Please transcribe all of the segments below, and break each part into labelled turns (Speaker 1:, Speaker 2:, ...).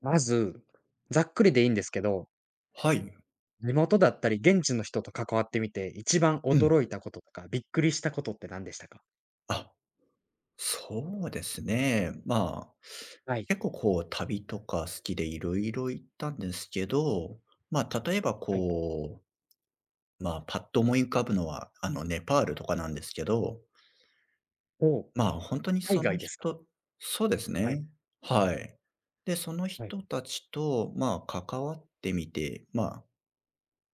Speaker 1: まず、ざっくりでいいんですけど、
Speaker 2: はい。
Speaker 1: 地元だったり現地の人と関わってみて、一番
Speaker 2: うん。
Speaker 1: 驚いたこととか、びっくりしたことって何でしたか？
Speaker 2: あ、そうですね。
Speaker 1: はい、
Speaker 2: 結構こう旅とか好きでいろいろ行ったんですけど、例えば
Speaker 1: はい。
Speaker 2: こう、パッと思い浮かぶのは、ネパールとかなんですけど、
Speaker 1: お、
Speaker 2: 本当に
Speaker 1: 海
Speaker 2: その
Speaker 1: 外ですか？
Speaker 2: 人そうです
Speaker 1: は
Speaker 2: ね。
Speaker 1: い、
Speaker 2: はい。で、その
Speaker 1: はい、
Speaker 2: 人たちと、関わってみて、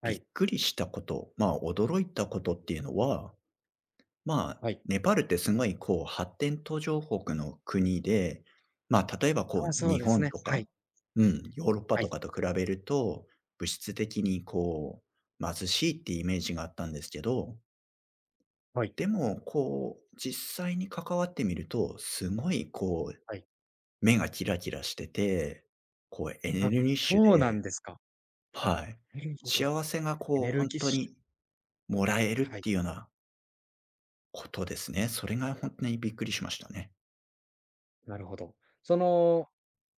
Speaker 1: は
Speaker 2: びっ
Speaker 1: い、
Speaker 2: くりしたこと、驚いたことっていうのは、
Speaker 1: はい。
Speaker 2: ネパールってすごいこう発展途上国の国で、例えばこ
Speaker 1: ああ、
Speaker 2: う
Speaker 1: そう
Speaker 2: 日
Speaker 1: です
Speaker 2: 本
Speaker 1: ね。
Speaker 2: と
Speaker 1: は
Speaker 2: か、
Speaker 1: い、
Speaker 2: うん、ヨーロッパ
Speaker 1: は
Speaker 2: と
Speaker 1: い、
Speaker 2: かと比べると、物質的にこう貧しいってイメージがあったんですけど、
Speaker 1: はい、
Speaker 2: でもこう実際に関わってみると、すごいこう
Speaker 1: はい。
Speaker 2: 目がキラキラしてて、こうエネ
Speaker 1: あ、
Speaker 2: ルギッシュ
Speaker 1: そうな
Speaker 2: で、
Speaker 1: んですか。
Speaker 2: はい。
Speaker 1: なるほど。
Speaker 2: 幸せが
Speaker 1: エ
Speaker 2: こう
Speaker 1: ネル
Speaker 2: 本
Speaker 1: ギッ
Speaker 2: 当
Speaker 1: シュ。
Speaker 2: にもらえるっ
Speaker 1: はい、
Speaker 2: ていうようなことですね。それが本当にびっくりしましたね。
Speaker 1: なるほど。その、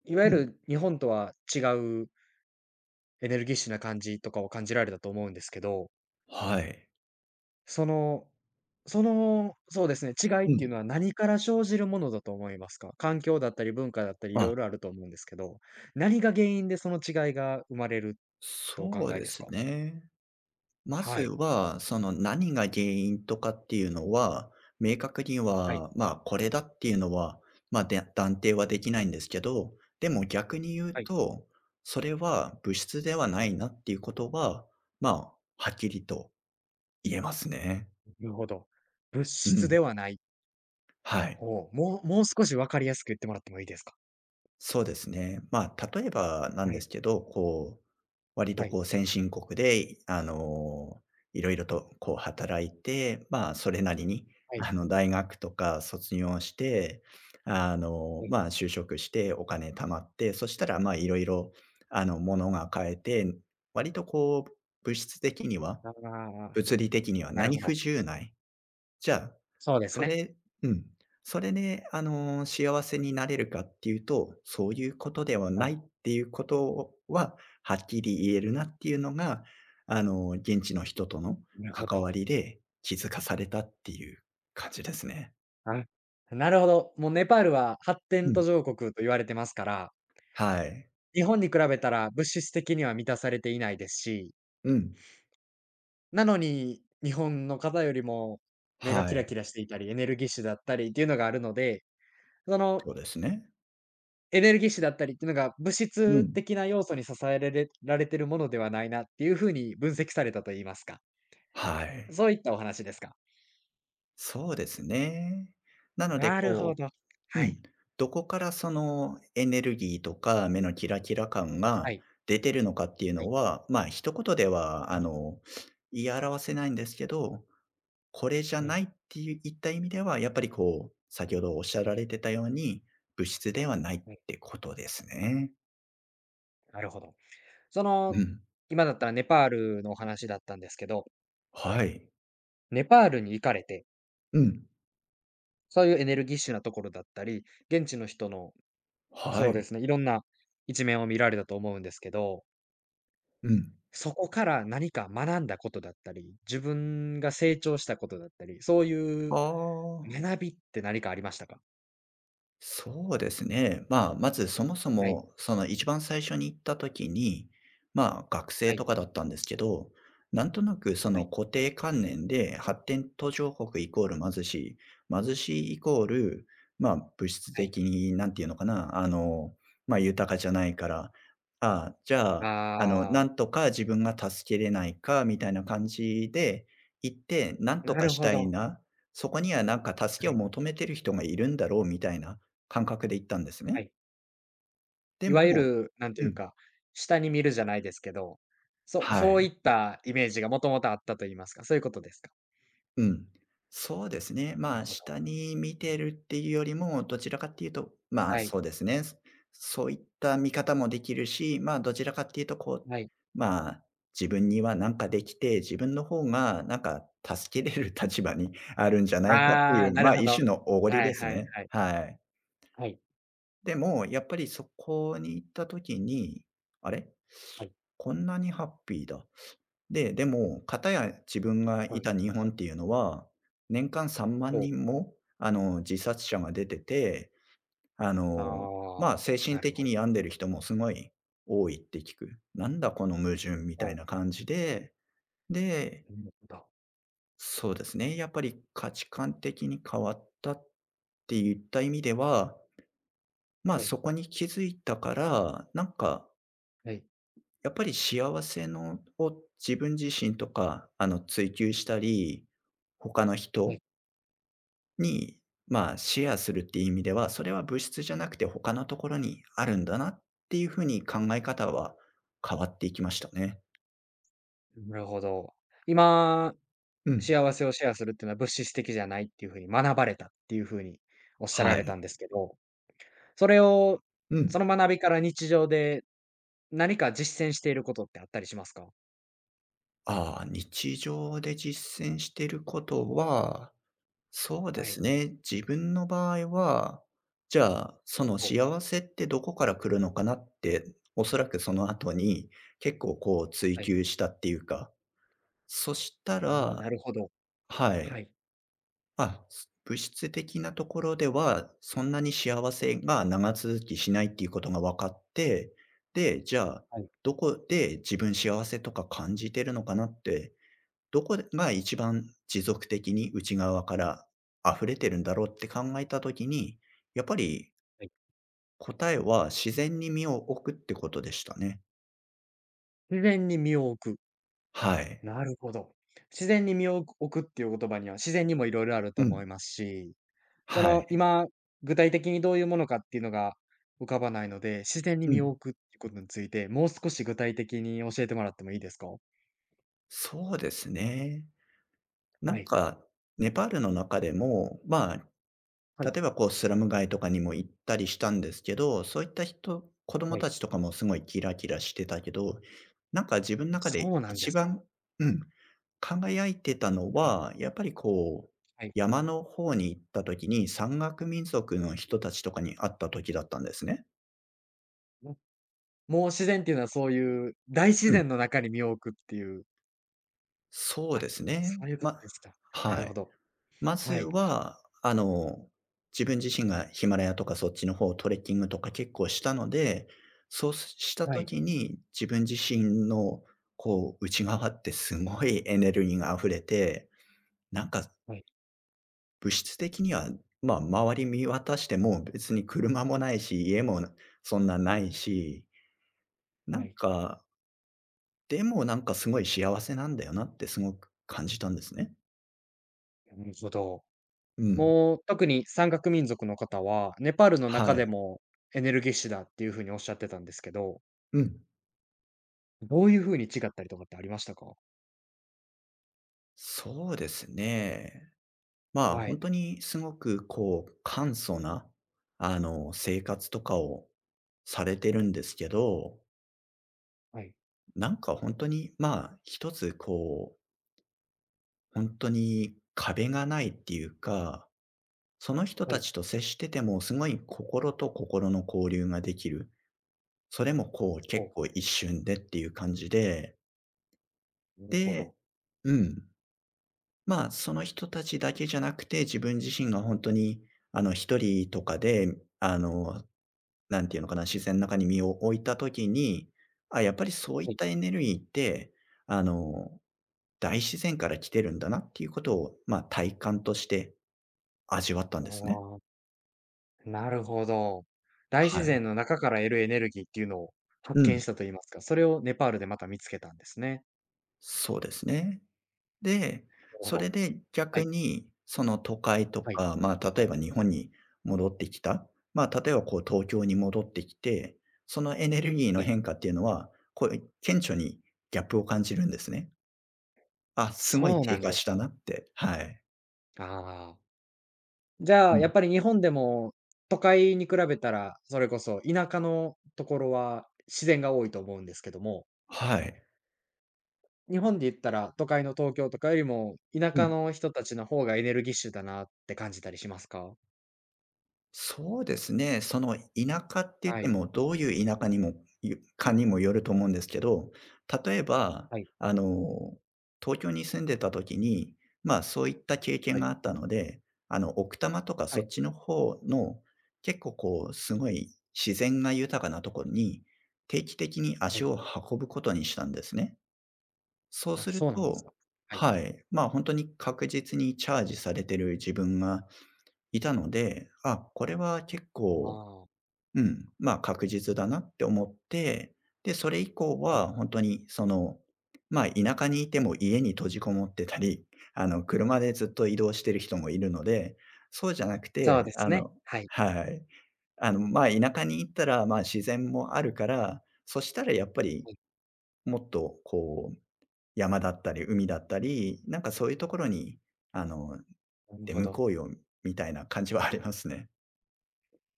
Speaker 1: いわゆ
Speaker 2: うん。
Speaker 1: る日本とは違うエネルギッシュな感じとかを感じられたと思うんですけど、
Speaker 2: はい。
Speaker 1: その、その、そうですね、違いっ
Speaker 2: う
Speaker 1: ていう
Speaker 2: ん。
Speaker 1: のは何から生じるものだと思いますか？環境だったり文化だったり、い
Speaker 2: あ、
Speaker 1: ろいろあると思うんですけど、何が原因でその違いが生まれるとお考
Speaker 2: そう
Speaker 1: え
Speaker 2: で
Speaker 1: です
Speaker 2: す
Speaker 1: か？
Speaker 2: ね。まず
Speaker 1: はい。
Speaker 2: は、その何が原因とかっていうのは、明確に
Speaker 1: はい。
Speaker 2: は、これだっていうのは、で断定はできないんですけど、でも逆に言う
Speaker 1: はい。
Speaker 2: と、それは物質ではないなっていうことは、まあ、はっきりと言えますね。
Speaker 1: なるほど。物
Speaker 2: う
Speaker 1: 質
Speaker 2: ん。
Speaker 1: ではない。
Speaker 2: はい。
Speaker 1: ほう、もう少し分かりやすく言ってもらってもいいですか？
Speaker 2: そうですね。例えばなん
Speaker 1: は
Speaker 2: で
Speaker 1: い。
Speaker 2: すけど、こう、割と
Speaker 1: はい。
Speaker 2: こう先進国で、いろいろとこう働いて、それなりに、
Speaker 1: はい。
Speaker 2: 大学とか卒業して、
Speaker 1: はい。
Speaker 2: 就職してお金貯まって、そしたら、いろいろ、ものが買えて、割とこう、物質的には、
Speaker 1: ああ、
Speaker 2: 物理的には
Speaker 1: なる
Speaker 2: 何
Speaker 1: ほ
Speaker 2: 不
Speaker 1: ど。
Speaker 2: 自由ないじゃあ、
Speaker 1: そうです
Speaker 2: そ
Speaker 1: ね。
Speaker 2: れうん。それで、幸せになれるかっていうと、そういうことでは
Speaker 1: は
Speaker 2: ないっ
Speaker 1: い。
Speaker 2: ていうことは、はっきり言えるなっていうのが、現地の人との
Speaker 1: なるほ
Speaker 2: 関わ
Speaker 1: ど。
Speaker 2: りで気づかされたっていう感じですね。
Speaker 1: あ、なるほど。もうネパールは発
Speaker 2: う
Speaker 1: 展
Speaker 2: ん。
Speaker 1: 途上国と言われてますから、
Speaker 2: はい。
Speaker 1: 日本に比べたら物質的には満たされていないですし、
Speaker 2: うん。
Speaker 1: なのに、日本の方よりも目が
Speaker 2: は
Speaker 1: キラ
Speaker 2: い。
Speaker 1: キラしていたり、エネルギッシュだったりっていうのがあるので、その
Speaker 2: そうですね。
Speaker 1: エネルギッシュだったりっていうのが、物
Speaker 2: う
Speaker 1: 質
Speaker 2: ん。
Speaker 1: 的な要素に支えられられてるものではないなっていうふうに分析されたと言いますか。
Speaker 2: はい。
Speaker 1: そういったお話ですか？
Speaker 2: そうですね。なので
Speaker 1: なる
Speaker 2: こ
Speaker 1: ほど。
Speaker 2: うう
Speaker 1: はい。
Speaker 2: ん。どこからそのエネルギーとか目のキラキラ感が
Speaker 1: はい。
Speaker 2: 出てるのかっていう
Speaker 1: は
Speaker 2: の
Speaker 1: い。
Speaker 2: は、一言では、
Speaker 1: うん。
Speaker 2: 言い表せないんですけど、これじゃ
Speaker 1: う
Speaker 2: な
Speaker 1: ん。
Speaker 2: いっていういった意味では、やっぱりこう、先ほどおっしゃられてたように、物質ではないっ
Speaker 1: うん。
Speaker 2: てことですね。
Speaker 1: なるほど。その、
Speaker 2: うん。
Speaker 1: 今だったらネパールのお話だったんですけど、
Speaker 2: はい。
Speaker 1: ネパールに行かれて
Speaker 2: うん。
Speaker 1: そういうエネルギッシュなところだったり、現地の人の、
Speaker 2: は
Speaker 1: そうで
Speaker 2: い。
Speaker 1: すね、いろんな一面を見られたと思うんですけど、
Speaker 2: うん。
Speaker 1: そこから何か学んだことだったり、自分が成長したことだったり、そうい
Speaker 2: あ
Speaker 1: う
Speaker 2: あ。
Speaker 1: 学びって何かありましたか？
Speaker 2: そうですね。まずそもそ
Speaker 1: はい、
Speaker 2: も、その一番最初に行った時に、学
Speaker 1: は
Speaker 2: 生と
Speaker 1: い、
Speaker 2: かだったんですけど、なんとなくそ
Speaker 1: は
Speaker 2: の
Speaker 1: い、
Speaker 2: 固定観念で発展途上国イコール貧しい、貧しいイコール、物質
Speaker 1: はい。
Speaker 2: 的に、なんていうのかな、豊かじゃないから、ああ、じゃあ、あの、
Speaker 1: あ
Speaker 2: な
Speaker 1: あ、
Speaker 2: んとか自分が助けれないか、みたいな感じで行って、なんと
Speaker 1: な
Speaker 2: か
Speaker 1: る
Speaker 2: し
Speaker 1: ほ
Speaker 2: たい
Speaker 1: ど。
Speaker 2: な、そこにはなんか助け
Speaker 1: は
Speaker 2: を
Speaker 1: い、
Speaker 2: 求めてる人がいるんだろう、みたいな。感覚で行ったんです
Speaker 1: は
Speaker 2: ね。
Speaker 1: い。
Speaker 2: で
Speaker 1: いわゆ
Speaker 2: も
Speaker 1: る、なんて
Speaker 2: う
Speaker 1: いう
Speaker 2: ん。
Speaker 1: か、下に見るじゃないですけど、そ
Speaker 2: は
Speaker 1: そう
Speaker 2: い。
Speaker 1: いったイメージがもともとあったと言いますか、そういうことですか？
Speaker 2: うん。そうですね。
Speaker 1: なるほど。
Speaker 2: 下に見てるっていうよりも、どちらかっていうと、
Speaker 1: は
Speaker 2: そ
Speaker 1: い、
Speaker 2: うですね。そういった見方もできるし、どちらかっていうと、こう、
Speaker 1: はい。
Speaker 2: まあ、自分にはなんかできて、自分の方がなんか助けれる立場に あるんじゃないかってい
Speaker 1: あ
Speaker 2: う、
Speaker 1: あ、なるほ
Speaker 2: 一
Speaker 1: ど。
Speaker 2: 種のおごり
Speaker 1: は
Speaker 2: で
Speaker 1: い、
Speaker 2: す
Speaker 1: はい、
Speaker 2: ね。
Speaker 1: はい。
Speaker 2: はい。
Speaker 1: はい、
Speaker 2: でも、やっぱりそこに行った時に、あれ、
Speaker 1: はい、
Speaker 2: こんなにハッピーだ。で、でも、かたや自分が
Speaker 1: は
Speaker 2: い
Speaker 1: い。
Speaker 2: た日本っていうのは、年間3
Speaker 1: おう、
Speaker 2: 万人も、自殺者が出てて、あ
Speaker 1: あ
Speaker 2: の、
Speaker 1: あ、
Speaker 2: 精
Speaker 1: な
Speaker 2: 神
Speaker 1: る
Speaker 2: 的
Speaker 1: ほど。
Speaker 2: に病んでる人もすごい多いって聞く。なんだこの矛盾みた
Speaker 1: お
Speaker 2: い
Speaker 1: う、
Speaker 2: な感じで、で、
Speaker 1: なるほど。
Speaker 2: そうですね、やっぱり価値観的に変わったって言った意味では、
Speaker 1: はい、
Speaker 2: そこに気づいたから、なんか
Speaker 1: はい、
Speaker 2: やっぱり幸せのを自分自身とか、追求したり、他の
Speaker 1: は
Speaker 2: 人
Speaker 1: い。
Speaker 2: に、シェアするっていう意味では、それは物質じゃなくて他のところにあるんだなっていう風に考え方は変わっていきましたね。
Speaker 1: なるほど。今、
Speaker 2: うん。
Speaker 1: 幸せをシェアするっていうのは物質的じゃないっていう風に学ばれたっていう風におっしゃら
Speaker 2: は
Speaker 1: れた
Speaker 2: い。
Speaker 1: んですけど、それを、
Speaker 2: う
Speaker 1: そ
Speaker 2: ん。
Speaker 1: の学びから日常で何か実践していることってあったりしますか？
Speaker 2: 日常で実践してることはそうで
Speaker 1: は
Speaker 2: す
Speaker 1: い、
Speaker 2: ね。自分の場合は、じゃあ、その
Speaker 1: おう、
Speaker 2: 幸せってどこから来るのかなって、おそらくその後に結構こう追
Speaker 1: はい。
Speaker 2: 求したっていうか、そした
Speaker 1: ああ、な
Speaker 2: ら、
Speaker 1: るほど。
Speaker 2: は
Speaker 1: は
Speaker 2: い。
Speaker 1: い、
Speaker 2: あ、物質的なところでは、そんなに幸せが長続きしないっていうことが分かって、で、じゃあ、
Speaker 1: はい、
Speaker 2: どこで自分幸せとか感じてるのかなってどこが一番持続的に内側から溢れてるんだろうって考えたときに、やっぱり
Speaker 1: はい。
Speaker 2: 答えは自然に身を置くってことでしたね。
Speaker 1: 自然に身を置く。
Speaker 2: はい。
Speaker 1: なるほど。自然に身を置くっていう言葉には、自然にもいろいろあると
Speaker 2: う
Speaker 1: 思
Speaker 2: ん。
Speaker 1: いますし、そ
Speaker 2: は
Speaker 1: の、
Speaker 2: い。
Speaker 1: 今、具体的にどういうものかっていうのが浮かばないので、自然に
Speaker 2: う
Speaker 1: 身を
Speaker 2: ん。
Speaker 1: 置くっていうことについて、もう少し具体的に教えてもらってもいいですか？
Speaker 2: そうですね。な
Speaker 1: は
Speaker 2: ん
Speaker 1: い。
Speaker 2: か、ネパールの中でも、
Speaker 1: はい。
Speaker 2: 例えばこうスラム街とかにも行ったりしたんですけど、そういった人子供
Speaker 1: はい。
Speaker 2: たちとかもすごいキラキラしてたけど、なんか自分の中で
Speaker 1: そうなんで
Speaker 2: 一
Speaker 1: すか。
Speaker 2: 番うん。輝いてたの
Speaker 1: はい。
Speaker 2: は、やっぱりこう、
Speaker 1: はい。
Speaker 2: 山の方に行った時に、山岳民族の人たちとかに会った時だったんですね。
Speaker 1: ももう自然っていうのはそういう大自
Speaker 2: うん。
Speaker 1: 然の中に身を置くっていう、
Speaker 2: そう
Speaker 1: あ、
Speaker 2: ですね。
Speaker 1: そういうこと
Speaker 2: ま
Speaker 1: ですか。な
Speaker 2: は
Speaker 1: るほ
Speaker 2: い。
Speaker 1: ど。
Speaker 2: まず
Speaker 1: はい。
Speaker 2: は、自分自身がヒマラヤとかそっちの方、トレッキングとか結構したので、そうした
Speaker 1: はい。
Speaker 2: 時に自分自身のこう、内側ってすごいエネルギーが溢れて、なんか
Speaker 1: はい。
Speaker 2: 物質的には、周り見渡しても別に車もないし、家もそんなないし、な
Speaker 1: は
Speaker 2: ん
Speaker 1: い。
Speaker 2: か、でもなんかすごい幸せなんだよなってすごく感じたんですね。
Speaker 1: なるほど。
Speaker 2: うん。
Speaker 1: もう、特に山岳民族の方は、ネパールの中
Speaker 2: はい。
Speaker 1: でもエネルギッシュだっていうふうにおっしゃってたんですけど、
Speaker 2: うん。
Speaker 1: どういうふうに違ったりとかってありましたか？
Speaker 2: そうですね。
Speaker 1: は
Speaker 2: 本
Speaker 1: い、
Speaker 2: 当にすごくこう簡素な、生活とかをされてるんですけど、
Speaker 1: はい、
Speaker 2: なんか本当に、一つこう、本当に壁がないっていうかその人
Speaker 1: は
Speaker 2: た
Speaker 1: い。
Speaker 2: ちと接してても、すごい心と心の交流ができる。それもこう
Speaker 1: お、
Speaker 2: 結構一瞬でっていう感じで、
Speaker 1: なるほ
Speaker 2: で
Speaker 1: ど。
Speaker 2: うん。その人たちだけじゃなくて、自分自身が本当に一人とかで、あの、なんていうのかな、自然の中に身を置いた時に、あ、やっぱりそういっ
Speaker 1: はい。
Speaker 2: たエネルギーって、あの、大自然から来てるんだなっていうことを、体感として味わったんですね。
Speaker 1: ああ、なるほど。大
Speaker 2: は
Speaker 1: 自
Speaker 2: い。
Speaker 1: 然の中から得るエネルギーっていうのを
Speaker 2: う
Speaker 1: 発
Speaker 2: ん。
Speaker 1: 見したと言いますか、それをネパールでまた見つけたんですね。
Speaker 2: そうですね。で、
Speaker 1: なるほ
Speaker 2: それ
Speaker 1: ど。
Speaker 2: で
Speaker 1: は
Speaker 2: 逆
Speaker 1: い、
Speaker 2: に、その都会と
Speaker 1: はい、
Speaker 2: か、例えば日本に戻ってきた、例えばこう東京に戻ってきて、そのエネルギーの
Speaker 1: はい。
Speaker 2: 変化っていうのは、こう顕著にギャップを感じるんですね。あ、すごい
Speaker 1: そうな
Speaker 2: 低
Speaker 1: ん
Speaker 2: 下
Speaker 1: で
Speaker 2: し
Speaker 1: す
Speaker 2: た
Speaker 1: か。
Speaker 2: なって。はい。
Speaker 1: ああ。じゃ
Speaker 2: う
Speaker 1: あ、や
Speaker 2: ん。
Speaker 1: っぱり日本でも、都会に比べたら、それこそ田舎のところは自然が多いと思うんですけども、
Speaker 2: はい。
Speaker 1: 日本で言ったら都会の東京とかよりも、田
Speaker 2: う
Speaker 1: 舎
Speaker 2: ん。
Speaker 1: の人たちの方がエネルギッシュだなって感じたりしますか？
Speaker 2: そうですね。その田舎って言っ
Speaker 1: は
Speaker 2: て
Speaker 1: い。
Speaker 2: も、どういう田舎にもゆかにもよると思うんですけど、例えば、
Speaker 1: はい。
Speaker 2: あの、東京に住んでた時に、そういった経
Speaker 1: は
Speaker 2: 験
Speaker 1: い。
Speaker 2: があったので、奥多摩とか
Speaker 1: は
Speaker 2: そっ
Speaker 1: い。
Speaker 2: ちの方の、結構こう、すごい自然が豊かなところに、定期的に
Speaker 1: は
Speaker 2: 足
Speaker 1: い。
Speaker 2: を運ぶことにしたんですね。そう
Speaker 1: あ、
Speaker 2: する
Speaker 1: そうなんです
Speaker 2: と、
Speaker 1: か。はい。
Speaker 2: はい、本当に確実にチャージされてる自分がいたので、あ、これは結
Speaker 1: ああ、
Speaker 2: 構、
Speaker 1: は
Speaker 2: 確実だなって思って、で、それ以降
Speaker 1: い。
Speaker 2: は本当に田舎にいても家に閉じこもってたり、車でずっと移動してる人もいるので、そうじゃなくて、
Speaker 1: そうですね。はい。
Speaker 2: はい。田舎に行ったら、まあ、自然もあるから、そしたらやっぱり
Speaker 1: はい。
Speaker 2: もっとこう、山だったり海だったり、なんかそういうところに、あの、
Speaker 1: なる
Speaker 2: 出
Speaker 1: ほ
Speaker 2: 向こ
Speaker 1: ど。
Speaker 2: うよみたいな感じはありますね。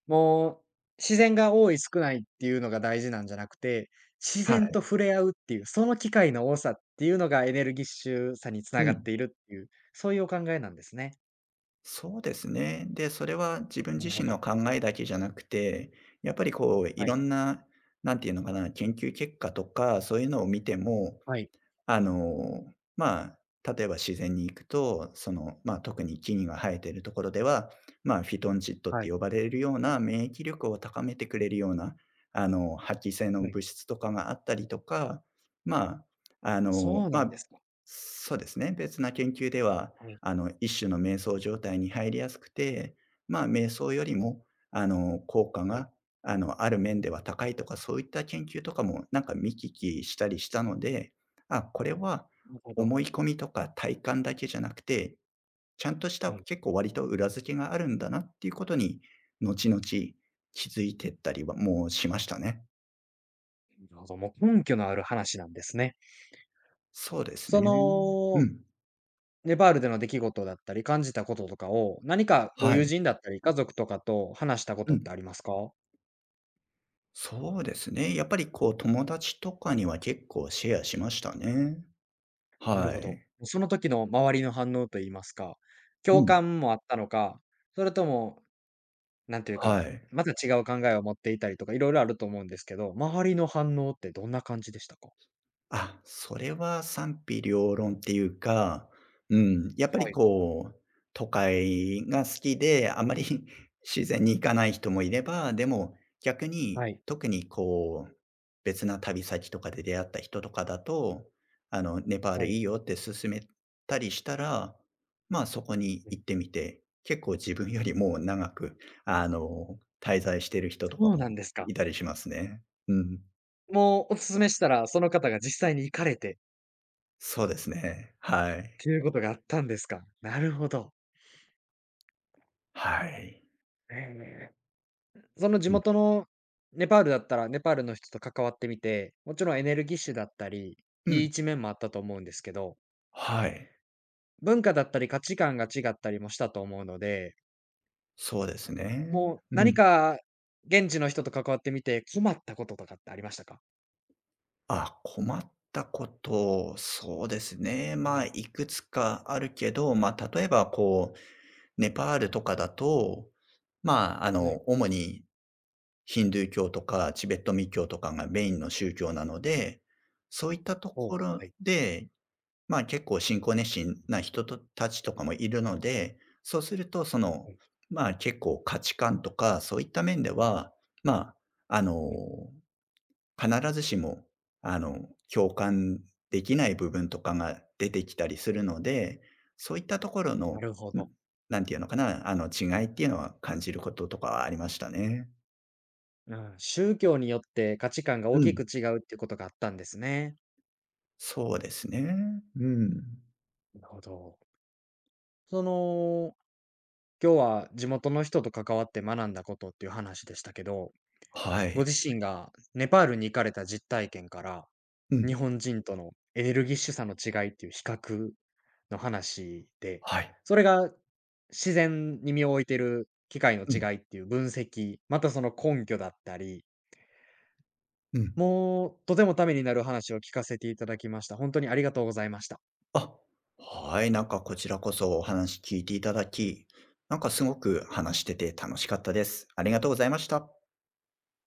Speaker 1: もう、自然が多い少ないっていうのが大事なんじゃなくて、自
Speaker 2: は
Speaker 1: 然と
Speaker 2: い。
Speaker 1: 触れ合うっていう、その機会の多さっていうのがエネルギッシュさに
Speaker 2: う
Speaker 1: 繋がっ
Speaker 2: ん。
Speaker 1: ているっていう、そういうお考えなんですね。
Speaker 2: そうですね。で、それは自分
Speaker 1: な
Speaker 2: 自
Speaker 1: るほ
Speaker 2: 身の
Speaker 1: ど。
Speaker 2: 考えだけじゃなくて、やっぱりこうい
Speaker 1: は
Speaker 2: ろ
Speaker 1: い。
Speaker 2: んな、なんていうのかな、研究結果とかそういうのを見ても、
Speaker 1: はい。
Speaker 2: あの、ま例えば自然に行くと、特に木々が生えているところでは、まあ、フィトンチッドっ
Speaker 1: は
Speaker 2: て
Speaker 1: い。
Speaker 2: 呼ばれるような免疫力を高めてくれるような、あの、発揮性の
Speaker 1: はい。
Speaker 2: 物質とかがあったりとか、まあ、あの、
Speaker 1: そう
Speaker 2: ま
Speaker 1: なんで
Speaker 2: あ、
Speaker 1: すか。
Speaker 2: そうですね、別な研究では、
Speaker 1: はい。
Speaker 2: あの、一種の瞑想状態に入りやすくて、まあ、瞑想よりも、あの、効果
Speaker 1: はい。
Speaker 2: が、あの、ある面では高いとか、そういった研究とかも、なんか見聞きしたりしたので、あ、これは
Speaker 1: なるほど。
Speaker 2: 思い込みとか体感だけじゃなくて、ちゃんとした
Speaker 1: はい。
Speaker 2: 結構割と裏付けがあるんだなっていうことに、後々気づいてったりはもうしましたね。
Speaker 1: なるほど。もう根拠のある話なんですね。
Speaker 2: そうですね。
Speaker 1: そ
Speaker 2: う
Speaker 1: の、
Speaker 2: ん。
Speaker 1: ネパールでの出来事だったり、感じたこととかを、何かご
Speaker 2: は
Speaker 1: 友
Speaker 2: い。
Speaker 1: 人だったり、家族とかと話したこ
Speaker 2: う
Speaker 1: とって
Speaker 2: ん。
Speaker 1: ありますか？
Speaker 2: そうですね。やっぱりこう友達とかには結構シェアしましたね。
Speaker 1: なる
Speaker 2: は
Speaker 1: ほど。
Speaker 2: い。
Speaker 1: その時の周りの反応といいますか、
Speaker 2: う
Speaker 1: 共
Speaker 2: ん。
Speaker 1: 感もあったのか、それとも、なんていう
Speaker 2: は
Speaker 1: か、
Speaker 2: い。
Speaker 1: また違う考えを持っていたりとか、いろいろあると思うんですけど、周りの反応ってどんな感じでしたか？
Speaker 2: あ、それは賛否両論っていうか、うん、やっぱ
Speaker 1: は
Speaker 2: り
Speaker 1: い、
Speaker 2: こう、都会が好きで、あまり 自然に行かない人もいれば、でも逆に、
Speaker 1: はい、
Speaker 2: 特にこう、別な旅先とかで出会った人とかだと、あの、ネパール
Speaker 1: は
Speaker 2: い
Speaker 1: い、
Speaker 2: いよって勧めたりしたら、まあ、そこに
Speaker 1: は
Speaker 2: 行
Speaker 1: い。
Speaker 2: ってみて、結構自分よりもう長く、あの、滞在してる人とか
Speaker 1: そうなん
Speaker 2: も
Speaker 1: ですか。
Speaker 2: いたりしますね。うん、
Speaker 1: もうお勧めしたら、その方が実際に行かれてっ
Speaker 2: そうですね。はい。
Speaker 1: ていうことがあったんですか。なるほど。
Speaker 2: はい。
Speaker 1: ええ。その地
Speaker 2: うん。
Speaker 1: 元のネパールだったら、ネパールの人と関わってみて、もちろんエネルギッシュだったり、
Speaker 2: う
Speaker 1: いい
Speaker 2: ん。
Speaker 1: 一面もあったと思うんですけど、
Speaker 2: はい。
Speaker 1: 文化だったり価値観が違ったりもしたと思うので、
Speaker 2: そうですね。
Speaker 1: もう
Speaker 2: う
Speaker 1: 何
Speaker 2: ん。
Speaker 1: か現地の人と関わってみて困ったこととかってありましたか？
Speaker 2: あ、困ったこと、そうですね。
Speaker 1: は
Speaker 2: まあ、
Speaker 1: い、
Speaker 2: いくつかあるけど、まあ、例えばこう、ネパールとかだと、
Speaker 1: はい、
Speaker 2: 主にヒンドゥー教とかチベット密教とかがメインの宗教なので、そういったと
Speaker 1: お
Speaker 2: こ
Speaker 1: う、は
Speaker 2: ろ
Speaker 1: い、
Speaker 2: で、まあ、結構信仰熱心な人とたちとかもいるので、そうするとその、
Speaker 1: はい、
Speaker 2: まあ、結構価値観とかそういった面では、まあ、あの、
Speaker 1: はい、
Speaker 2: 必ずしも、あの、共感できない部分とかが出てきたりするので、そういったところ
Speaker 1: な
Speaker 2: の、
Speaker 1: るほ
Speaker 2: ん、
Speaker 1: ど。
Speaker 2: なんていうのかな、あの、違いっていうのは感じることとかはありましたね。
Speaker 1: うん、宗教によって価値観が大
Speaker 2: う
Speaker 1: き
Speaker 2: ん。
Speaker 1: く違うっていうことがあったんですね。
Speaker 2: そうですね。うん。
Speaker 1: なるほど。その、今日は地元の人と関わって学んだことっていう話でしたけど、
Speaker 2: は
Speaker 1: ご
Speaker 2: い。
Speaker 1: 自身がネパールに行かれた実体験から、
Speaker 2: うん。
Speaker 1: 日本人とのエネルギッシュさの違いっていう比較の話で、
Speaker 2: はい。
Speaker 1: それが自然に身を置いてる機械の
Speaker 2: うん。
Speaker 1: 違いっていう分析、またその根拠だったり、
Speaker 2: うん。
Speaker 1: もうとてもためになる話を聞かせていただきました。本当にありがとうございました。
Speaker 2: あ、はい、なんかこちらこそお話聞いていただき、なんかすごく話してて楽しかったです。ありがとうございました。